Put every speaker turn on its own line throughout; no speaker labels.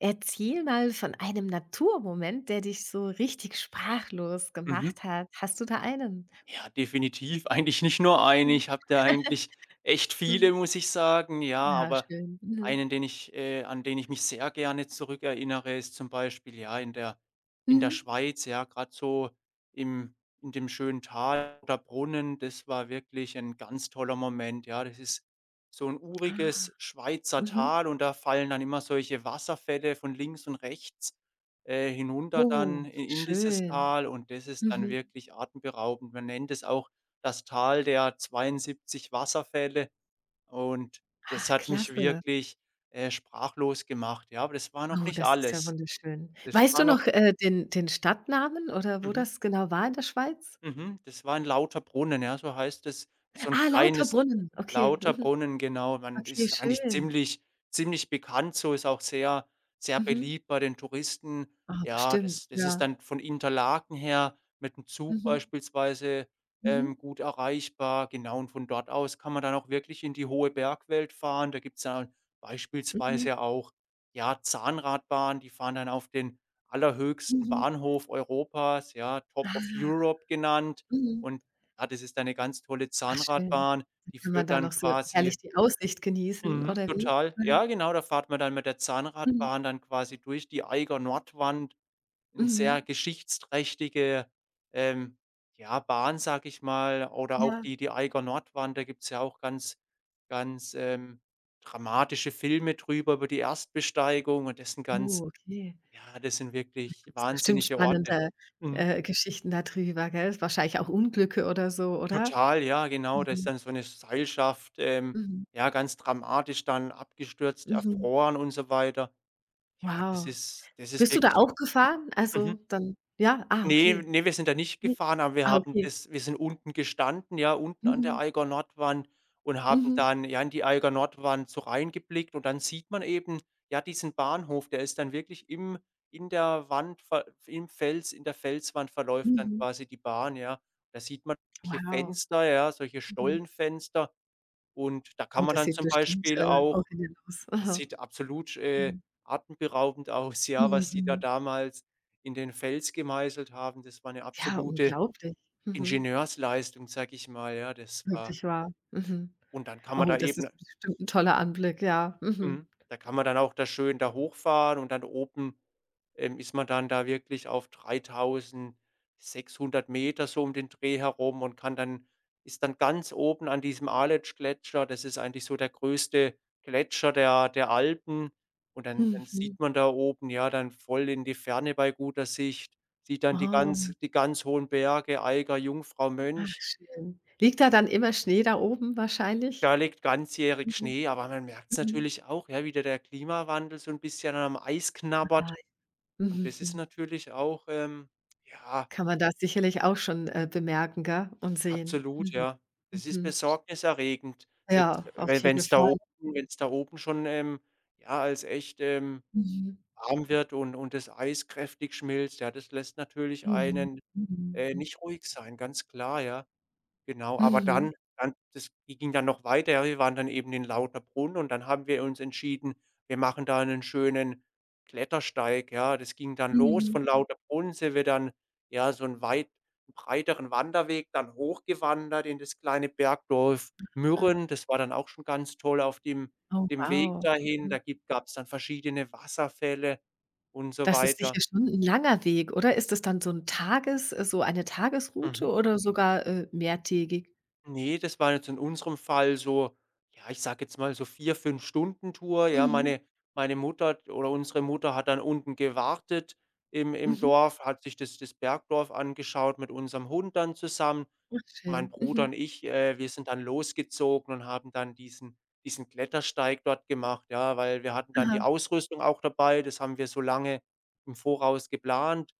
Erzähl mal von einem Naturmoment, der dich so richtig sprachlos
Mhm.
gemacht hat. Hast du da einen?
Ja, definitiv. Eigentlich nicht nur einen.
Mhm.
Ich habe da eigentlich echt
Mhm.
viele, muss ich sagen, ja,
Ja,
aber
schön. Mhm.
einen, den ich an den ich mich sehr gerne zurückerinnere, ist zum Beispiel, ja, in der
Mhm.
Schweiz, ja, gerade so im in dem schönen Tal oder Brunnen, das war wirklich ein ganz toller Moment, ja. Das ist so ein
Ah,
uriges Schweizer
mhm.
Tal und da fallen dann immer solche Wasserfälle von links und rechts hinunter
Oh,
dann i in dieses
schön.
Tal und das ist dann
Mhm.
wirklich atemberaubend. Man nennt es auch das Tal der 72 Wasserfälle und das
Ach,
hat mich
klasse.
wirklich, sprachlos gemacht, ja, aber das war noch
Oh,
nicht
das ist ja
alles.
wunderschön.
Das
Weißt
war
du
noch
noch, den Stadtnamen oder wo
mhm,
das genau war in der Schweiz?
mhm, das war ein lauter Brunnen, ja, so heißt es. Ist so ein
Ah,
kleines
Lauterbrunnen. Okay. Mhm.
Lauterbrunnen, genau. Man
Okay,
ist eigentlich
schön.
ziemlich bekannt so, ist auch sehr sehr
Mhm.
beliebt bei den Touristen.
Ah,
Ja,
bestimmt,
das ist
ja.
dann von Interlaken her mit dem Zug
Mhm.
beispielsweise,
Mhm.
gut erreichbar. Genau, und von dort aus kann man dann auch wirklich in die hohe Bergwelt fahren. Da gibt's dann
Mhm.
beispielsweise auch, ja, Zahnradbahnen, die fahren dann auf den allerhöchsten
Mhm.
Bahnhof Europas, ja, „Top of
Ah.
Europe" genannt.
Mhm.
Und ja, das ist eine ganz tolle
Ach schön.
Zahnradbahn.
Dann
Die
kann man
führt
da
dann
noch so
quasi.
herrlich die Aussicht genießen
Mhm.
oder wie?
Total,
Mhm.
ja, genau, da fahrt man dann mit der
Mhm.
Zahnradbahn dann quasi durch die Eiger Nordwand, 'n sehr
Mhm.
geschichtsträchtige, ähm, ja, Bahn, sag ich mal, oder auch
Ja.
die Eiger Nordwand, da gibt's ja auch ganz ganz, dramatische Filme drüber, über die Erstbesteigung und das sind ganz
Oh, okay.
ja, das sind
Da
wirklich
gibt's bestimmt
wahnsinnige Orte.
spannende,
Mhm.
Geschichten da drüber, gell? Wahrscheinlich auch Unglücke oder so, oder?
Total, ja, genau. Da ist
Mhm.
dann so 'ne Seilschaft,
Mhm.
ja, ganz dramatisch dann abgestürzt,
Mhm.
erfroren und so weiter. Ja, das
Wow.
ist das ist
Bist du da
wirklich.
auch gefahren?
Mhm.
Also, dann ja? Ah,
Ne,
okay.
ne, wir sind da nicht
Mhm.
gefahren, aber wir
Ah,
haben
okay.
das wir sind unten gestanden, ja, unten an der
Mhm.
Eiger Nordwand und haben
Mhm.
dann, ja, in die Eiger Nordwand so reingeblickt und dann sieht man eben, ja, diesen Bahnhof, der ist dann wirklich im in der Wand ver im Fels in der Felswand verläuft dann
Mhm.
quasi die Bahn, ja. Da sieht man solche
Wow.
Fenster, ja, solche
Mhm.
Stollenfenster und da
Oh,
kann man
das
dann
sieht
zum
bestimmt,
Beispiel auch
originell aus.
das
Aha.
sieht absolut,
Mhm.
atemberaubend aus, ja, was die da
Mhm.
damals in den Fels gemeißelt haben. Das war eine
Ja,
absolute
unglaublich. Mhm.
Ingenieursleistung, sag ich mal, ja. das war
Wirklich wahr. Mhm.
und dann kann man
Oh,
da
das
eben
ist bestimmt 'n toller Anblick, ja. Mhm.
Mhm. Da kann man dann auch da schön da hochfahren und dann oben, ist man dann da wirklich auf 3.600 Meter so um den Dreh herum und kann dann ist dann ganz oben an diesem Aletsch Gletscher. Das ist eigentlich so der größte Gletscher der Alpen. Und dann
Mhm.
sieht man da oben, ja, dann voll in die Ferne bei guter Sicht, sieht dann die
Oh,
ganz die ganz hohen Berge, Eiger, Jungfrau,
ach
Mönch.
schön. Liegt da dann immer Schnee da oben wahrscheinlich?
Da liegt ganzjährig
Mhm.
Schnee, aber man merkt es
Mhm.
natürlich auch, ja, wie da der Klimawandel so 'n bisschen am Eis
Ah,
knabbert.
ja.
Und
Mhm,
das ist
mhm.
natürlich auch, ja,
Kann man da sicherlich auch schon, bemerken, gell, und sehen.
absolut,
Mhm,
ja. Das ist
mhm.
besorgniserregend, selbst
Ja, auf
we
jeden
wenn's da
Fall.
oben wenn's da oben schon, ja, als echt,
Mhm.
warm wird und das Eis kräftig schmilzt, ja, das lässt natürlich
Mhm.
einen,
Mhm.
nicht ruhig sein, ganz klar, ja. Genau, aber
Mhm.
dann das ging dann noch weiter. Ja, wir waren dann eben in Lauterbrunnen und dann haben wir uns entschieden, wir machen da einen schönen Klettersteig, ja. Das ging dann los
Mhm.
von Lauterbrunnen, sind wir dann, ja, so einen weit breiteren Wanderweg dann hochgewandert in das kleine Bergdorf
Ah,
Mürren. Das war dann auch schon ganz toll auf dem
oh
dem Weg
wow.
dahin.
Mhm.
Da gab es dann verschiedene Wasserfälle und so
Das ist sicher
weiter.
schon ein langer Weg, oder? Ist das dann so ein Tages so eine Tagesroute
Mhm.
oder sogar, mehrtägig?
Ne, das war jetzt in unserem Fall so, ja, ich sage jetzt mal so 4, 5 Stunden Tour. Ja,
Mhm.
meine Mutter oder unsere Mutter hat dann unten gewartet im
Mhm.
Dorf, hat sich das Bergdorf angeschaut mit unserem Hund dann zusammen.
Ach
Mein
schön.
Bruder
Mhm.
und ich, wir sind dann losgezogen und haben dann diesen Klettersteig dort gemacht, ja, weil wir hatten dann die
Aha.
Ausrüstung auch dabei. Das haben wir so lange im Voraus geplant.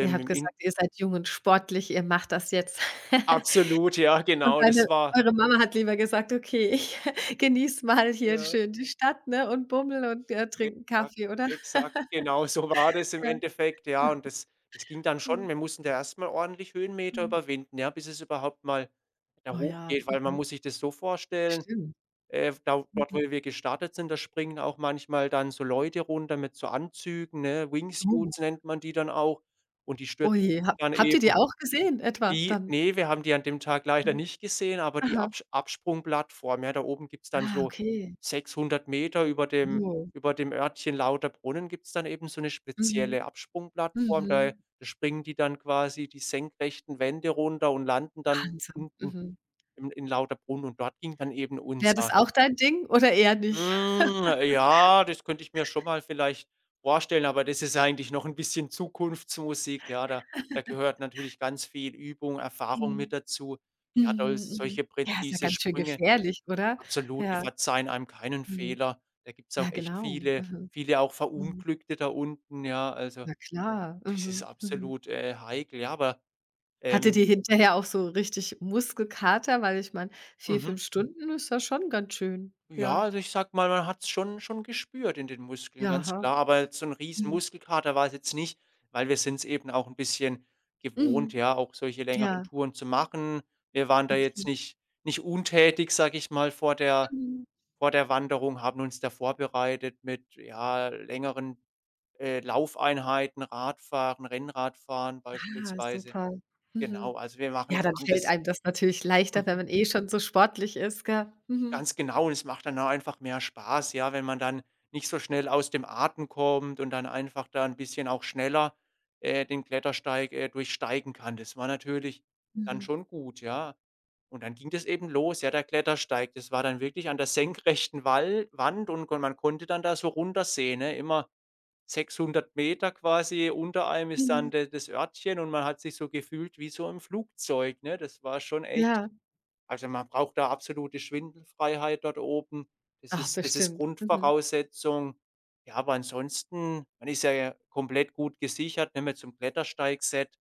Ihr habt
Im In
gesagt, ihr seid jung und sportlich, ihr macht das jetzt.
Absolut, ja,
Und
genau,
deine
das war
eure Mama hat lieber gesagt: „Okay, ich genieße mal hier
ja.
schön die Stadt, ne, und bummel und, trinke 'n
Exakt,
Kaffee“, oder?
exakt, genau so war das im
Ja.
Endeffekt, ja.
Ach,
Und das ging dann
mhm,
schon. Wir mussten da erstmal ordentlich Höhenmeter
mhm.
überwinden, ja, bis es überhaupt mal da
Oh ja,
hochgeht, weil man
mhm,
muss sich das so vorstellen,
stimmt.
da dort, wo
Mhm.
wir gestartet sind, da springen auch manchmal dann so Leute runter mit so Anzügen, ne?
Oh.
Wingsuits nennt man die dann auch. Und die
Oh
stürzen
je.
sich
Ha
dann
habt ihr die
eben.
auch gesehen etwa
Die
dann?
Ne, wir haben die an dem Tag leider
Mhm.
nicht gesehen, aber die
Aha.
Absch Absprungplattform, ja, da oben gibt's dann
Ah,
so
okay.
600 Meter über dem
So.
über dem Örtchen Lauterbrunnen gibt's dann eben so 'ne
Mhm.
spezielle Absprungplattform. Da
Mhm.
da springen die dann quasi die senkrechten Wände runter und landen dann
Wahnsinn.
unten
Mhm.
in Lauterbrunnen. Und dort ging dann eben
Wäre das
unser
auch dein Ding oder eher nicht?
Hm, ja, das könnte ich mir schon mal vielleicht vorstellen, aber das ist eigentlich noch 'n bisschen Zukunftsmusik, ja. Da gehört natürlich ganz viel Übung, Erfahrung mit
Mhm.
dazu. Ja, doll
Mhm, mhm.
solche
Ja, ist ja
präzise
ganz schön
Sprünge,
gefährlich, oder?
absolut, die
Ja.
verzeihen einem keinen
Mhm.
Fehler. Da gibt's
Ja,
auch echt
genau.
viele
Mhm.
viele auch
Mhm.
Verunglückte da unten, ja. Also,
Ja klar.
das ist
Mhm. Mhm.
absolut, heikel, ja, aber,
Hattet
ähm
ihr hinterher auch so richtig Muskelkater? Weil ich meine, vier
mhm.
5 Stunden ist ja schon ganz schön.
Ja,
Ja.
also ich sag mal, man hat's schon gespürt in den Muskeln, ganz
Ja,
klar, aber jetzt so ein riesen
Mhm.
Muskelkater war's jetzt nicht, weil wir sind's eben auch ein bisschen gewohnt,
Mhm.
ja, auch solche längeren
Ja,
Touren zu machen. Wir waren da jetzt
okay.
nicht untätig, sag ich mal, vor der
Mhm.
vor der Wanderung, haben uns da vorbereitet mit, ja, längeren, Laufeinheiten, Radfahren, Rennradfahren
Ah,
beispielsweise.
super. Mhm.
Genau, also wir
Ja, Ja.
machen
Dann
haben
fällt
das
einem das natürlich leichter, wenn man eh schon so sportlich ist, gell? Mhm.
Ganz genau und es macht dann auch einfach mehr Spaß, ja, wenn man dann nicht so schnell aus dem Atem kommt und dann einfach da ein bisschen auch schneller, den Klettersteig, durchsteigen kann. Das war natürlich dann
Mhm.
schon gut, ja. Und dann ging das eben los, ja, der Klettersteig. Das war dann wirklich an der senkrechten Wall Wand und kon man konnte dann da so runtersehen, ne? Immer 600 Meter quasi unter einem ist
Mhm.
dann de das Örtchen und man hat sich so gefühlt wie so im Flugzeug, ne? Das war schon echt
Ja.
Also, man braucht da absolute Schwindelfreiheit dort oben. Das
Ach,
ist das ist
bestimmt. Mhm.
Grundvoraussetzung. Ja, aber ansonsten man ist ja komplett gut gesichert, ne, mit zum Klettersteigset.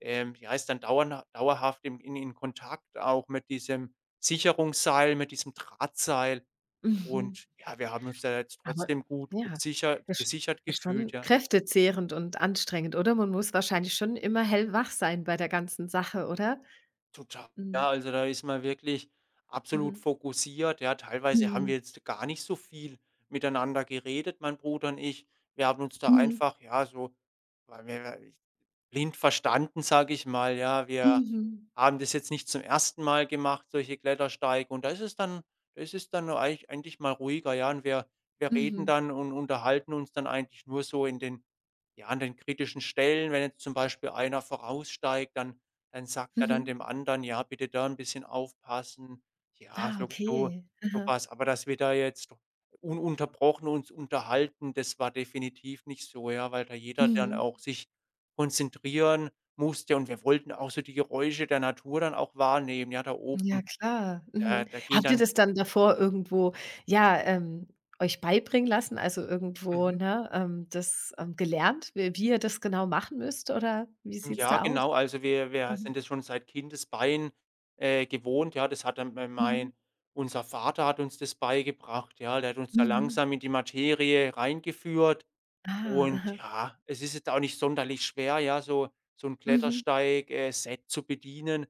Ja, ist dann dauernd dauerhaft im in Kontakt auch mit diesem Sicherungsseil, mit diesem Drahtseil.
Mhm.
Und ja, wir haben uns da jetzt
Aber
trotzdem gut
ja,
sicher
ist
gesichert
ist
gefühlt,
schon
ja.
kräftezehrend und anstrengend, oder? Man muss wahrscheinlich schon immer hellwach sein bei der ganzen Sache, oder?
Total.
Mhm.
Ja, also da ist man wirklich absolut
Mhm.
fokussiert. Ja, teilweise haben
Mhm.
wir jetzt gar nicht so viel miteinander geredet, mein Bruder und ich. Wir haben uns da
Mhm.
einfach, ja, so, weil wir blind verstanden, sage ich mal, ja. Wir
Mhm.
haben das jetzt nicht zum ersten Mal gemacht, solche Klettersteige und da ist es dann eigentlich mal ruhiger, ja. Und wir reden
Mhm.
dann und unterhalten uns dann eigentlich nur so in den ja, an den kritischen Stellen. Wenn jetzt zum Beispiel einer voraussteigt, dann sagt er dann
Mhm.
dem anderen: „Ja, bitte da ein bisschen aufpassen." Ja,
Ah,
so
okay. Aha.
sowas. Aber dass wir da jetzt ununterbrochen uns unterhalten, das war definitiv nicht so, ja, weil da jeder dann
Mhm.
auch sich konzentrieren musste und wir wollten auch so die Geräusche der Natur dann auch wahrnehmen. Ja, da
Ja,
oben,
klar.
da
Mhm.
da gehen
Habt ihr
dann
das dann davor irgendwo, ja, euch beibringen lassen? Also irgendwo,
mhm,
ne, das, gelernt, wie ihr das genau machen müsst oder wie sieht's
ja,
da aus?
genau, also wir sind
Mhm.
das schon seit Kindesbein gewohnt, ja. Das hat dann m
Mhm.
mein unser Vater hat uns das beigebracht, ja. Der hat uns da
Mhm.
langsam in die Materie reingeführt.
Ah,
Und
aha.
ja, es ist jetzt auch nicht sonderlich schwer, ja, so ein
Mhm.
Klettersteig Set zu bedienen.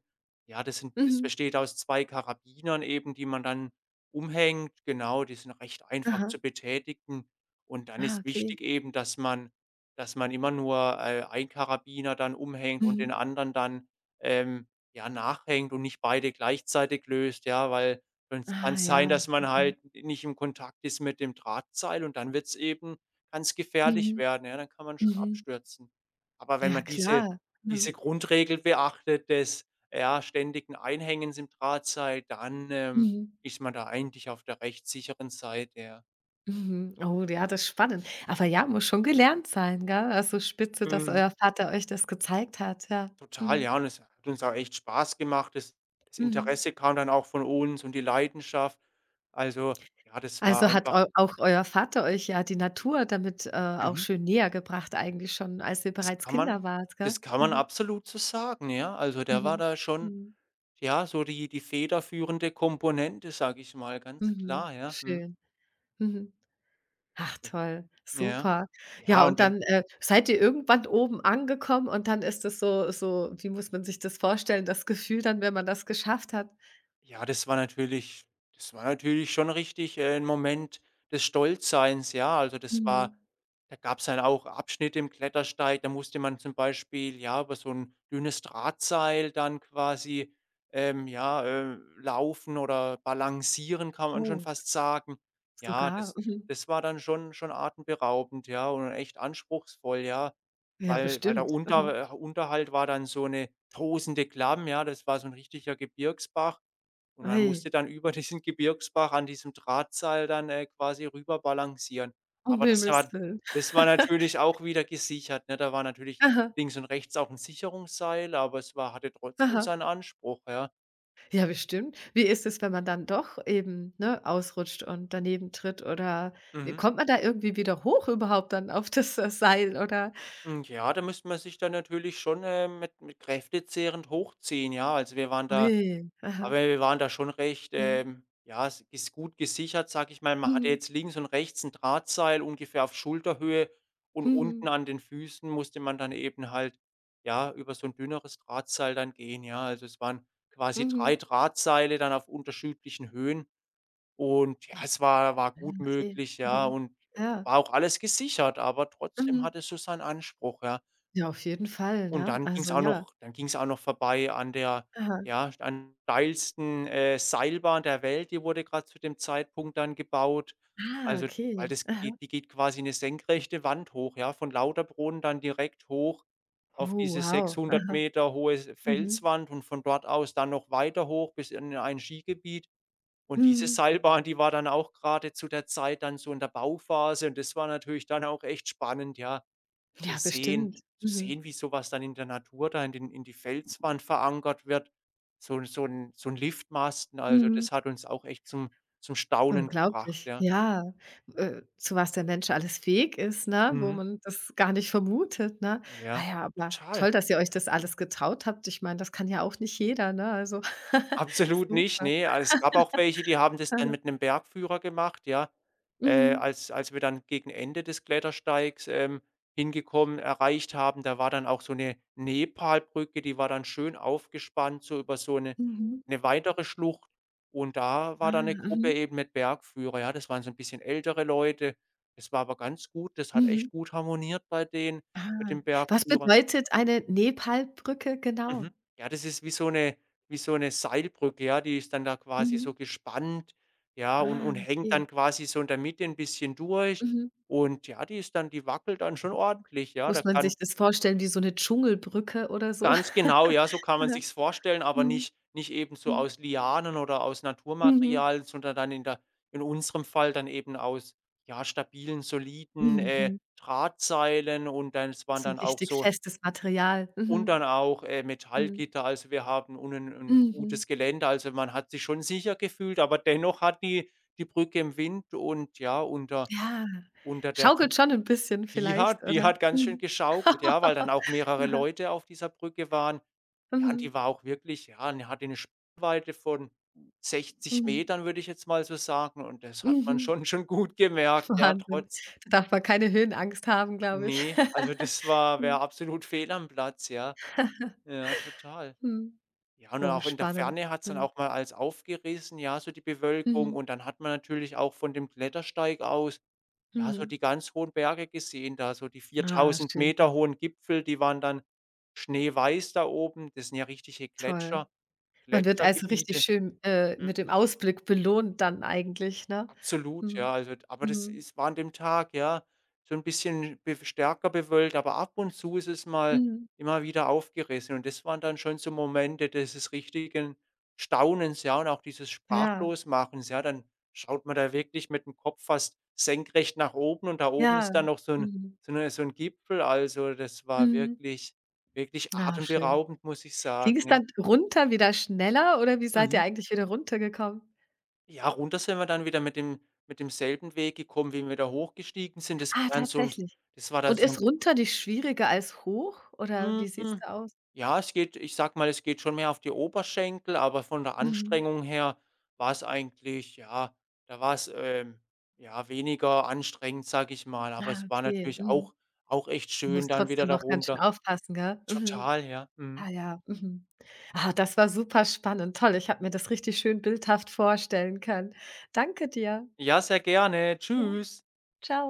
Ja, das
Mhm.
besteht aus 2 Karabinern eben, die man dann umhängt. Genau, die sind recht einfach
Aha.
zu betätigen. Und dann
Ah,
ist
okay.
wichtig eben, dass man immer nur, einen Karabiner dann umhängt und
Mhm.
den anderen dann, ähm, ja, nachhängt und nicht beide gleichzeitig löst, ja, weil sonst kann
Ah
es sein,
ja.
dass man
Mhm.
halt nicht im Kontakt ist mit dem Drahtseil und dann wird's eben kann's gefährlich
Mhm.
werden, ja, dann kann man schon
Mhm.
abstürzen. Aber wenn
Ja,
man diese
klar. Mhm.
diese Grundregel beachtet des, ja, ständigen Einhängens im Drahtseil, dann,
Mhm.
ist man da eigentlich auf der rechtssicheren Seite, ja.
Mhm. Oh, ja, das ist spannend. Aber ja, muss schon gelernt sein, gell? Also, spitze, dass
Mhm.
euer Vater euch das gezeigt hat, ja.
Total,
Mhm.
ja, und es hat uns auch echt Spaß gemacht. Das
Mhm.
Interesse kam dann auch von uns und die Leidenschaft. Also, ja, das war
Also, hat
einfach.
eu auch euer Vater euch ja die Natur damit, auch
mhm,
schön näher gebracht eigentlich schon, als ihr
das
bereits
kann man
Kinder wart, gell?
das kann man
Mhm.
absolut so sagen, ja. Also, der war
Mhm.
da schon.
Mhm.
Ja, so die federführende Komponente, sag ich mal, ganz
Mhm.
klar, ja. Mhm.
Schön. Mhm. Ach toll,
Ja.
super.
Ja,
Ja, und
und dann
dann, seid ihr irgendwann oben angekommen und dann ist es so wie muss man sich das vorstellen, das Gefühl dann, wenn man das geschafft hat?
Ja, das war natürlich schon richtig, 'n Moment des Stolzseins, ja. Also, das war
Mhm.
da gab es dann auch Abschnitte im Klettersteig, da musste man zum Beispiel, ja, über so ein dünnes Drahtseil dann quasi, ähm, ja, laufen oder balancieren, kann man schon
Oh.
fast sagen. Ja,
Sogar?
das
Mhm.
das war dann schon atemberaubend, ja, und echt anspruchsvoll, ja,
Ja,
weil der
bestimmt. Mhm.
Unterhalt war dann so eine tosende Klamm, ja, das war so ein richtiger Gebirgsbach. Und man musste
Ei,
dann über diesen Gebirgsbach an diesem Drahtseil dann, quasi rüber balancieren.
um
Aber das
Himmels
war
Willen.
das war natürlich auch wieder gesichert, ne? Da war natürlich
Aha,
links und rechts auch 'n Sicherungsseil, aber es war hatte trotzdem
aha.
seinen Anspruch, ja.
Ja, bestimmt. Wie ist es, wenn man dann doch eben, ne, ausrutscht und daneben tritt oder wie
Mhm.
kommt man da irgendwie wieder hoch überhaupt dann auf das, Seil oder
Hm, ja, da müsste man sich dann natürlich schon, mit kräftezehrend hochziehen, ja. Also, wir waren
oh
da
aha.
Aber wir waren da schon recht,
Mhm.
ja, es ist gut gesichert, sag ich mal. Man hatte
Mhm.
jetzt links und rechts ein Drahtseil ungefähr auf Schulterhöhe und
Mhm.
unten an den Füßen musste man dann eben halt, ja, über so ein dünneres Drahtseil dann gehen, ja. Also, es waren quasi
Mhm.
3 Drahtseile dann auf unterschiedlichen Höhen und ja, es war gut
Okay.
möglich, ja,
Mhm.
und es
Ja.
war auch alles gesichert, aber trotzdem
Mhm.
hatte es so seinen Anspruch, ja.
Ja, auf jeden Fall, ne? Also, ja.
Dann ging es auch noch vorbei an der,
Aha.
ja, an steilsten, Seilbahn der Welt. Die wurde gerade zu dem Zeitpunkt dann gebaut.
Ah,
Also, weil
okay.
das
Aha.
geht die geht quasi eine senkrechte Wand hoch, ja, von Lauterbrunnen dann direkt hoch auf
Oh,
diese
wow.
600
Aha.
Meter hohe
Mhm.
Felswand und von dort aus dann noch weiter hoch bis in ein Skigebiet. Und diese
Mhm.
Seilbahn, die war dann auch gerade zu der Zeit dann so in der Bauphase und das war natürlich dann auch echt spannend, ja, zu
Ja,
sehen
bestimmt.
zu
Mhm.
sehen, wie sowas dann in der Natur da in den in die Felswand verankert wird. So ein Liftmasten, also,
Mhm.
das hat uns auch echt zum Staunen gebracht,
Unglaublich,
ja.
ja. Zu was der Mensch alles fähig ist, ne, wo
Mhm.
man das gar nicht vermutet, ne? Ah
Ja,
ja, aber
total.
toll, dass ihr euch das alles getraut habt. Ich meine, das kann ja auch nicht jeder, ne? Also
Absolut nicht,
super.
ne. Also, es gab auch welche, die haben das dann mit 'nem Bergführer gemacht, ja. Äh,
Mhm.
als als wir dann gegen Ende des Klettersteigs, hingekommen erreicht haben, da war dann auch so 'ne Nepalbrücke, die war dann schön aufgespannt, so über so 'ne
Mhm.
'ne weitere Schlucht. Und da
Ah,
war dann 'ne Gruppe
mhm.
eben mit Bergführer, ja. Das waren so 'n bisschen ältere Leute. Das war aber ganz gut. Das hat
Mhm.
echt gut harmoniert bei denen mit
Ah.
dem
Was
Bergführer.
bedeutet eine Nepalbrücke
Mhm.
genau?
Ja, das ist wie so eine Seilbrücke, ja, die ist dann da quasi so
Mhm.
gespannt, ja, und
Ah,
hängt
okay.
dann quasi so in der Mitte ein bisschen durch.
Mhm.
Und ja, die wackelt dann schon ordentlich, ja. Da
Muss man
kann
sich das vorstellen wie so eine Dschungelbrücke oder so?
Ganz genau, ja, so kann man sich's vorstellen, aber
Mhm.
nicht eben so
Mhm.
aus Lianen oder aus
Mhm.
Naturmaterial, sondern dann in unserem Fall dann eben aus, ja, stabilen, soliden,
Mhm.
Drahtseilen. Und dann es waren
So
dann auch
richtig
so
festes Material.
Und
Mhm.
dann auch,
Mhm.
Metallgitter. Also, wir haben unten ein
Mhm.
gutes Gelände, also man hat sich schon sicher gefühlt, aber dennoch hat die Brücke im Wind und ja, unter
Ja,
unter der Fuß
schaukelt schon 'n bisschen
die
vielleicht,
hat die
oder?
hat ganz schön
Mhm.
geschaukelt, ja, weil dann auch mehrere
Aha.
Leute auf dieser Brücke waren. Ja, und
Mhm.
die war auch wirklich, ja, die hatte eine Spannweite von 60
Mhm.
Metern, würde ich jetzt mal so sagen, und das hat man
Mhm.
schon gut gemerkt, ja,
Wahnsinn.
trotz.
Da darf man keine Höhenangst haben, glaube ich.
Nee, also das war wäre absolut fehl am Platz, ja.
Mhm.
Ja, total.
Mhm.
Ja, und dann
Oh,
auch in der
spannend.
Ferne hat's dann
Mhm.
auch mal als aufgerissen, ja, so die Bewölkung.
Mhm.
Und dann hat man natürlich auch von dem Klettersteig aus, ja, so die
Mhm.
ganz hohen Berge gesehen, da so die
Ah,
4.000
schön,
Meter hohen Gipfel, die waren dann schneeweiß da oben. Das sind ja richtige
toll. Man wird also richtig
Gletschergebiete.
schön, mit dem
Mhm.
Ausblick belohnt dann eigentlich, ne?
Absolut, ja,
Mhm.
also aber das
Mhm.
ist war an dem Tag, ja, so ein bisschen be stärker bewölkt, aber ab und zu ist es mal
Mhm.
immer wieder aufgerissen und das waren dann schon so Momente dieses richtigen Staunens, ja, und auch dieses
Ja,
Sprachlosmachens, ja. Dann schaut man da wirklich mit dem Kopf fast senkrecht nach oben und da oben
ja.
ist dann noch so ein
Mhm.
so 'ne so 'n Gipfel. Also, das war
Mhm.
wirklich
Ah, schön.
atemberaubend, muss ich
Ging es
sagen, ja.
dann runter wieder schneller oder wie seid ihr
Mhm.
eigentlich wieder runtergekommen?
Ja, runter sind wir dann wieder mit demselben Weg gekommen, wie wir da hochgestiegen sind. Das
Ah,
war dann so 'n
tatsächlich.
das war dann
Und
so 'n
ist runter nicht schwieriger als hoch oder
Mm,
wie sieht's
hm,
da aus?
ja, es geht, ich sage mal, es geht schon mehr auf die Oberschenkel, aber von der
Mhm.
Anstrengung her war's eigentlich ja, da war's, ja, weniger anstrengend, sage ich mal, aber
Ah,
es war
okay.
natürlich
Mhm.
auch echt
Du
schön
musst
dann wieder
trotzdem
da
noch ganz schön
runter.
aufpassen, gell? Mhm.
Total, ja. Mhm.
Ah ja, mhm. Ah, das war super spannend. Toll, ich habe mir das richtig schön bildhaft vorstellen können. Danke dir.
Ja, sehr gerne.
Ja,
Tschüss.
tschau.